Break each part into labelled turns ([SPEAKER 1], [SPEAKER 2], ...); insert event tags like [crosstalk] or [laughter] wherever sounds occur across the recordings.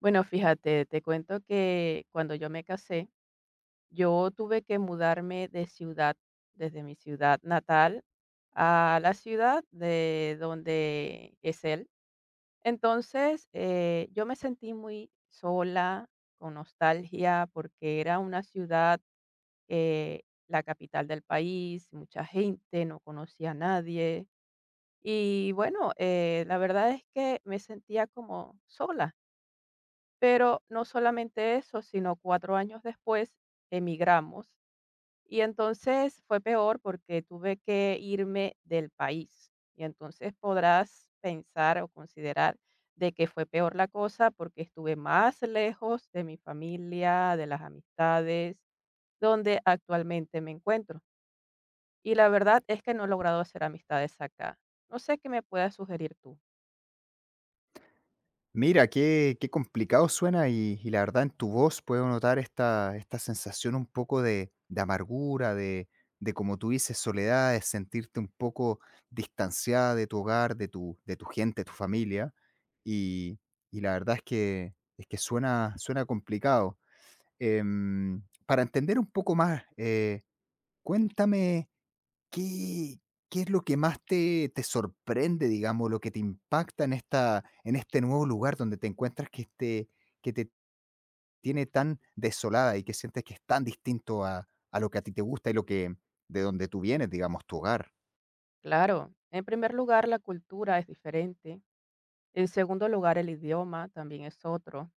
[SPEAKER 1] Bueno, fíjate, te cuento que cuando yo me casé, yo tuve que mudarme de ciudad, desde mi ciudad natal a la ciudad de donde es él. Entonces, yo me sentí muy sola, con nostalgia, porque era una ciudad, eh, la capital del país, mucha gente, no conocía a nadie. Y bueno, la verdad es que me sentía como sola. Pero no solamente eso, sino 4 años después emigramos, y entonces fue peor porque tuve que irme del país. Y entonces podrás pensar o considerar de que fue peor la cosa porque estuve más lejos de mi familia, de las amistades, donde actualmente me encuentro. Y la verdad es que no he logrado hacer amistades acá. No sé qué me puedas sugerir tú.
[SPEAKER 2] Mira, qué complicado suena y la verdad en tu voz puedo notar esta sensación un poco de amargura, de como tú dices, soledad, de sentirte un poco distanciada de tu hogar, de de tu gente, tu familia. Y, y la verdad es es que suena complicado. Para entender un poco más, cuéntame: ¿qué es lo que más te sorprende, digamos, lo que te impacta en esta en este nuevo lugar donde te encuentras que te que te tiene tan desolada y que sientes que es tan distinto a lo que a ti te gusta y lo que de donde tú vienes, digamos, tu hogar?
[SPEAKER 1] Claro, en primer lugar, la cultura es diferente. En segundo lugar, el idioma también es otro.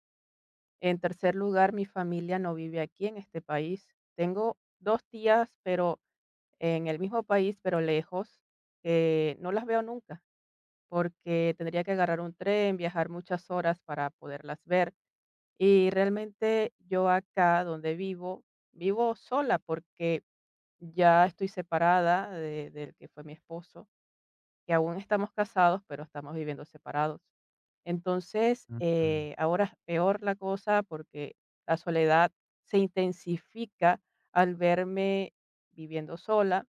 [SPEAKER 1] En tercer lugar, mi familia no vive aquí en este país. Tengo dos tías, pero en el mismo país, pero lejos, que no las veo nunca, porque tendría que agarrar un tren, viajar muchas horas para poderlas ver. Y realmente yo acá donde vivo, vivo sola porque ya estoy separada del que fue mi esposo, que aún estamos casados, pero estamos viviendo separados. Entonces,
[SPEAKER 2] Ujú,
[SPEAKER 1] ahora es peor la cosa porque la soledad se intensifica al verme viviendo sola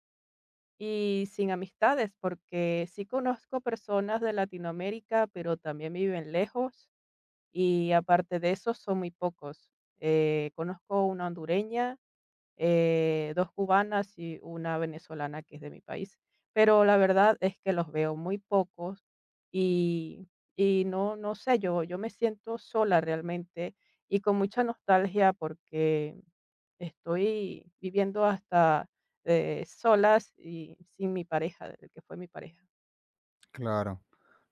[SPEAKER 1] y sin amistades, porque sí conozco personas de Latinoamérica, pero también viven lejos y aparte de eso son muy pocos. Conozco una hondureña, dos cubanas y una venezolana que es de mi país. Pero la verdad es que los veo muy pocos y y no sé, yo me siento sola realmente y con mucha nostalgia porque estoy viviendo hasta, solas y sin mi pareja, el que fue mi pareja.
[SPEAKER 2] claro.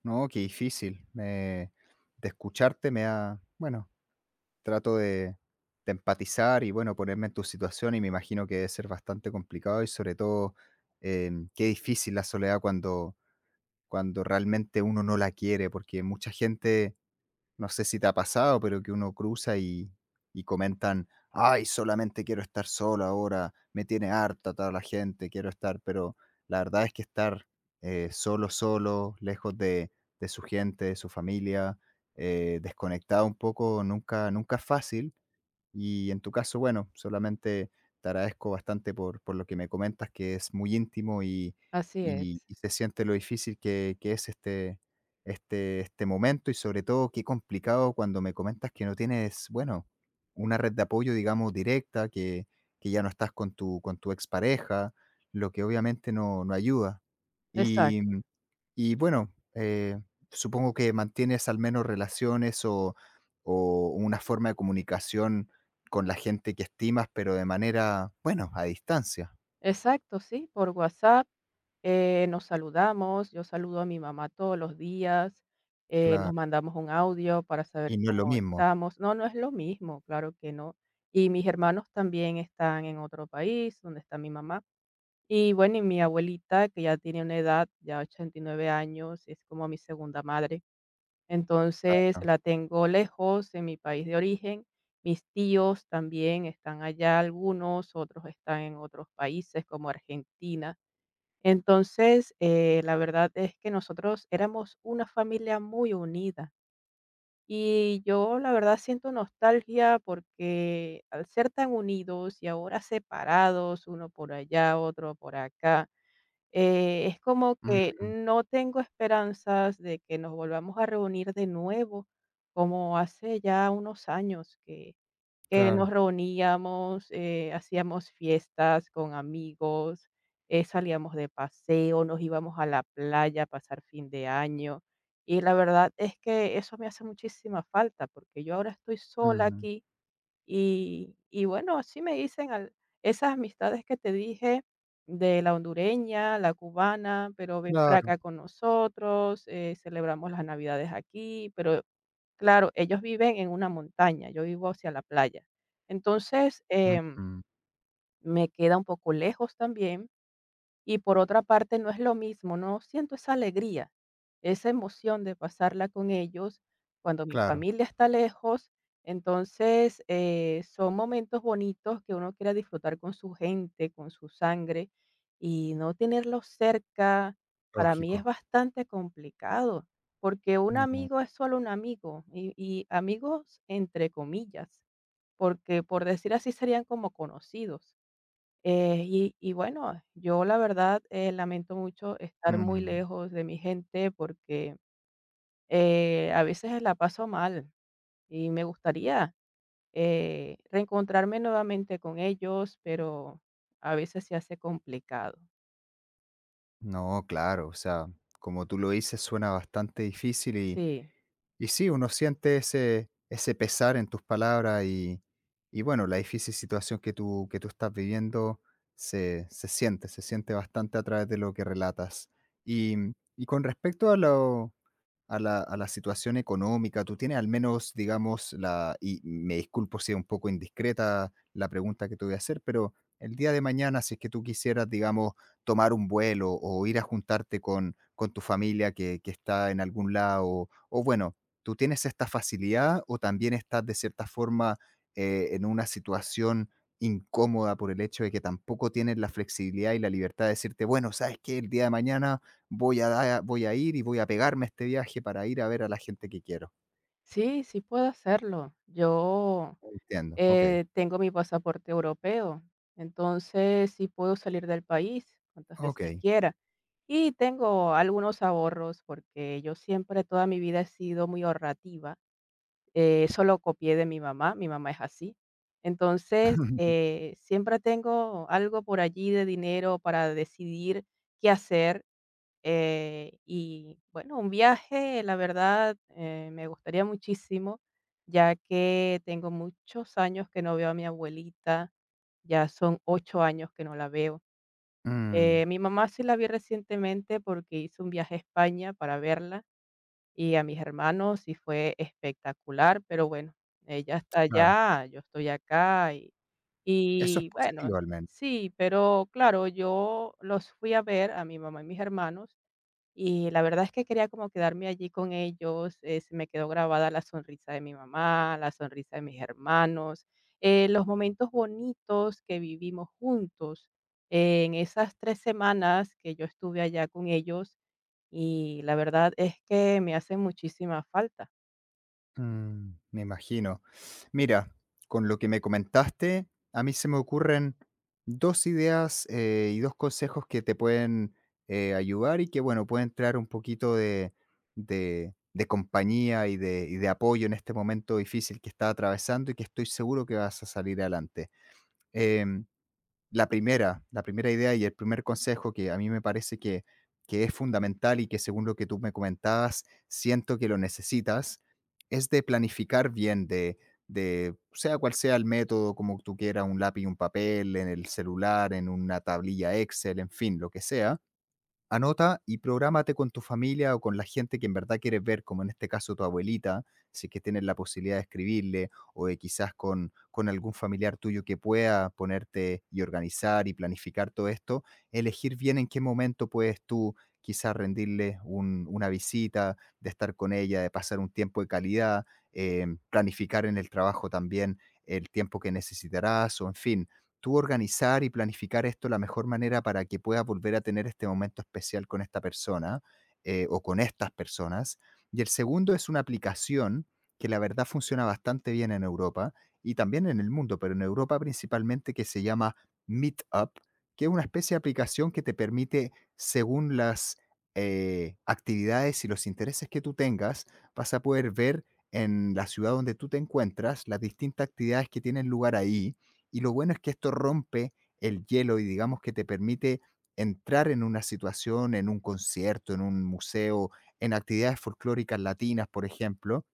[SPEAKER 2] No, qué difícil. Me De escucharte me da, bueno, trato de empatizar y, bueno, ponerme en tu situación, y me imagino que debe ser bastante complicado y sobre todo, qué difícil la soledad cuando realmente uno no la quiere, porque mucha gente, no sé si te ha pasado, pero que uno cruza y comentan, ay, solamente quiero estar solo ahora, me tiene harta toda la gente, quiero estar, pero la verdad es que estar solo, solo, lejos de su gente, de su familia, desconectado un poco, nunca es fácil y en tu caso, bueno, solamente te agradezco bastante por lo que me comentas, que es muy íntimo
[SPEAKER 1] Así es.
[SPEAKER 2] y se siente lo difícil que es este momento y sobre todo qué complicado cuando me comentas que no tienes, bueno, una red de apoyo, digamos, directa, que ya no estás con con tu expareja, lo que obviamente no ayuda. Y
[SPEAKER 1] Exacto.
[SPEAKER 2] y bueno, supongo que mantienes al menos relaciones o una forma de comunicación con la gente que estimas, pero de manera, bueno, a distancia,
[SPEAKER 1] Exacto, sí, por WhatsApp. Nos saludamos, yo saludo a mi mamá todos los días, nos
[SPEAKER 2] claro.
[SPEAKER 1] mandamos un audio para
[SPEAKER 2] Y
[SPEAKER 1] saber
[SPEAKER 2] no es lo
[SPEAKER 1] cómo
[SPEAKER 2] mismo,
[SPEAKER 1] estamos. No, no es lo mismo, claro que no. Y mis hermanos también están en otro país, donde está mi mamá. Y bueno, y mi abuelita, que ya tiene una edad, ya 89 años, es como mi segunda madre. Entonces
[SPEAKER 2] claro.
[SPEAKER 1] la tengo lejos en mi país de origen. Mis tíos también están allá, algunos, otros están en otros países como Argentina. Entonces, la verdad es que nosotros éramos una familia muy unida y yo la verdad siento nostalgia porque al ser tan unidos y ahora separados, uno por allá, otro por acá, es como que
[SPEAKER 2] Mm,
[SPEAKER 1] no tengo esperanzas de que nos volvamos a reunir de nuevo, como hace ya unos años que nos
[SPEAKER 2] claro.
[SPEAKER 1] reuníamos, hacíamos fiestas con amigos, salíamos de paseo, nos íbamos a la playa a pasar fin de año. Y la verdad es que eso me hace muchísima falta, porque yo ahora estoy sola
[SPEAKER 2] Mm,
[SPEAKER 1] aquí y bueno, así me dicen esas amistades que te dije de la hondureña, la cubana, pero ven para
[SPEAKER 2] claro.
[SPEAKER 1] acá con nosotros, celebramos las navidades aquí, pero claro, ellos viven en una montaña, yo vivo hacia la playa. Entonces,
[SPEAKER 2] Mm,
[SPEAKER 1] me queda un poco lejos también, y por otra parte, no es lo mismo, no siento esa alegría, esa emoción de pasarla con ellos cuando mi
[SPEAKER 2] claro,
[SPEAKER 1] familia está lejos. Entonces, son momentos bonitos que uno quiere disfrutar con su gente, con su sangre, y no tenerlos cerca, para mí es
[SPEAKER 2] lógico.
[SPEAKER 1] bastante complicado, porque un
[SPEAKER 2] No,
[SPEAKER 1] amigo es solo un amigo, y amigos entre comillas, porque por decir así serían como conocidos. Y bueno, yo la verdad lamento mucho estar muy
[SPEAKER 2] mm.
[SPEAKER 1] lejos de mi gente porque a veces la paso mal y me gustaría reencontrarme nuevamente con ellos, pero a veces se hace complicado.
[SPEAKER 2] No, claro, o sea, como tú lo dices, suena bastante difícil
[SPEAKER 1] Sí,
[SPEAKER 2] y sí, uno siente ese pesar en tus palabras y bueno, la difícil situación que que tú estás viviendo se siente bastante a través de lo que relatas. Y, y con respecto a lo, a a la situación económica, tú tienes al menos, digamos, la, y me disculpo si es un poco indiscreta la pregunta que te voy a hacer, pero el día de mañana, si es que tú quisieras, digamos, tomar un vuelo o ir a juntarte con tu familia que está en algún lado, o bueno, ¿tú tienes esta facilidad o también estás de cierta forma en una situación incómoda por el hecho de que tampoco tienes la flexibilidad y la libertad de decirte, bueno, ¿sabes que el día de mañana voy a da voy a ir y voy a pegarme a este viaje para ir a ver a la gente que quiero?
[SPEAKER 1] sí, sí puedo hacerlo. Yo
[SPEAKER 2] Entiendo, okey,
[SPEAKER 1] Tengo mi pasaporte europeo, entonces sí puedo salir del país cuantas veces
[SPEAKER 2] okey.
[SPEAKER 1] quiera. Y tengo algunos ahorros porque yo siempre, toda mi vida he sido muy ahorrativa. Eso lo copié de mi mamá es así. Entonces,
[SPEAKER 2] [laughs]
[SPEAKER 1] siempre tengo algo por allí de dinero para decidir qué hacer y bueno, un viaje, la verdad, me gustaría muchísimo, ya que tengo muchos años que no veo a mi abuelita, ya son 8 años que no la veo.
[SPEAKER 2] Mm,
[SPEAKER 1] Mi mamá sí la vi recientemente porque hizo un viaje a España para verla y a mis hermanos y fue espectacular, pero bueno, ella está
[SPEAKER 2] claro,
[SPEAKER 1] allá, yo estoy acá
[SPEAKER 2] eso es
[SPEAKER 1] y bueno,
[SPEAKER 2] positivo al menos.
[SPEAKER 1] sí, pero claro, yo los fui a ver a mi mamá y mis hermanos y la verdad es que quería como quedarme allí con ellos, se me quedó grabada la sonrisa de mi mamá, la sonrisa de mis hermanos, los momentos bonitos que vivimos juntos en esas 3 semanas que yo estuve allá con ellos, y la verdad es que me hacen muchísima falta.
[SPEAKER 2] Mm, me imagino. Mira, con lo que me comentaste, a mí se me ocurren 2 ideas, y 2 consejos que te pueden, ayudar y que, bueno, pueden traer un poquito de de compañía y de apoyo en este momento difícil que está atravesando y que estoy seguro que vas a salir adelante. Em la primera idea y el primer consejo que a mí me parece que es fundamental y que según lo que tú me comentabas, siento que lo necesitas, es de planificar bien, de sea cual sea el método, como tú quieras, un lápiz, un papel, en el celular, en una tablilla Excel, en fin, lo que sea. Anota y prográmate con tu familia o con la gente que en verdad quieres ver, como en este caso tu abuelita, si es que tienes la posibilidad de escribirle, o de quizás con algún familiar tuyo que pueda ponerte y organizar y planificar todo esto, elegir bien en qué momento puedes tú quizás rendirle una visita, de estar con ella, de pasar un tiempo de calidad, planificar en el trabajo también el tiempo que necesitarás, o en fin, tú organizar y planificar esto la mejor manera para que puedas volver a tener este momento especial con esta persona o con estas personas. Y el segundo es una aplicación que la verdad funciona bastante bien en Europa y también en el mundo, pero en Europa principalmente, que se llama Meetup, que es una especie de aplicación que te permite, según las actividades y los intereses que tú tengas, vas a poder ver en la ciudad donde tú te encuentras las distintas actividades que tienen lugar ahí, y lo bueno es que esto rompe el hielo y digamos que te permite entrar en una situación, en un concierto, en un museo, en actividades folclóricas latinas, por ejemplo,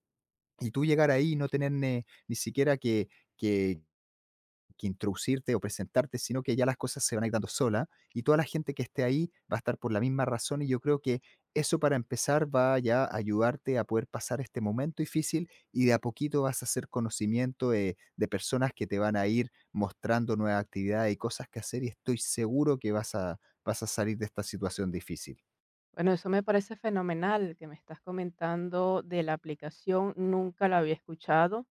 [SPEAKER 2] y tú llegar ahí y no tener ni siquiera que, que introducirte o presentarte, sino que ya las cosas se van a ir dando sola y toda la gente que esté ahí va a estar por la misma razón, y yo creo que eso para empezar va ya a ayudarte a poder pasar este momento difícil, y de a poquito vas a hacer conocimiento de personas que te van a ir mostrando nuevas actividades y cosas que hacer, y estoy seguro que vas a salir de esta situación difícil.
[SPEAKER 1] Bueno, eso me parece fenomenal que me estás comentando de la aplicación, nunca la había escuchado.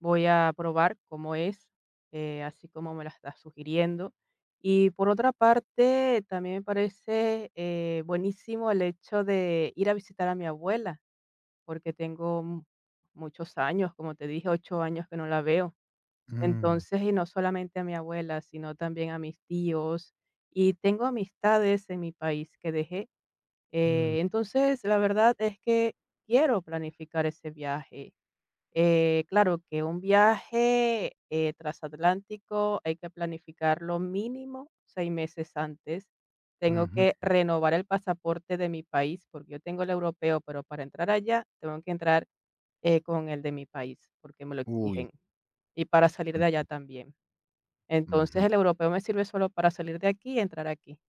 [SPEAKER 1] Voy a probar cómo es, así como me la estás sugiriendo. Y por otra parte, también me parece buenísimo el hecho de ir a visitar a mi abuela, porque tengo muchos años, como te dije, 8 años que no la veo.
[SPEAKER 2] Mm,
[SPEAKER 1] Entonces, y no solamente a mi abuela, sino también a mis tíos. Y tengo amistades en mi país que dejé.
[SPEAKER 2] mm,
[SPEAKER 1] Entonces, la verdad es que quiero planificar ese viaje claro que un viaje, transatlántico hay que planificarlo mínimo 6 meses antes. Tengo
[SPEAKER 2] ujú.
[SPEAKER 1] que renovar el pasaporte de mi país, porque yo tengo el europeo, pero para entrar allá tengo que entrar, con el de mi país, porque me lo
[SPEAKER 2] Uy,
[SPEAKER 1] exigen, y para salir de allá
[SPEAKER 2] mm,
[SPEAKER 1] también. Entonces,
[SPEAKER 2] ujú,
[SPEAKER 1] el europeo me sirve solo para salir de aquí y entrar aquí.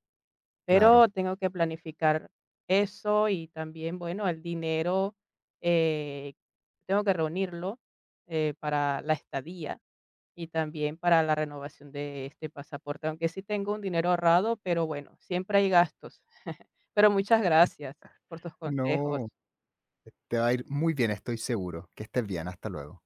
[SPEAKER 1] Pero
[SPEAKER 2] claro.
[SPEAKER 1] tengo que planificar eso y también, bueno, el dinero, eh, tengo que reunirlo, para la estadía y también para la renovación de este pasaporte, aunque sí tengo un dinero ahorrado, pero bueno, siempre hay gastos. [laughs] Pero muchas gracias por tus
[SPEAKER 2] No,
[SPEAKER 1] consejos.
[SPEAKER 2] te va a ir muy bien, estoy seguro. Que estés bien, hasta luego.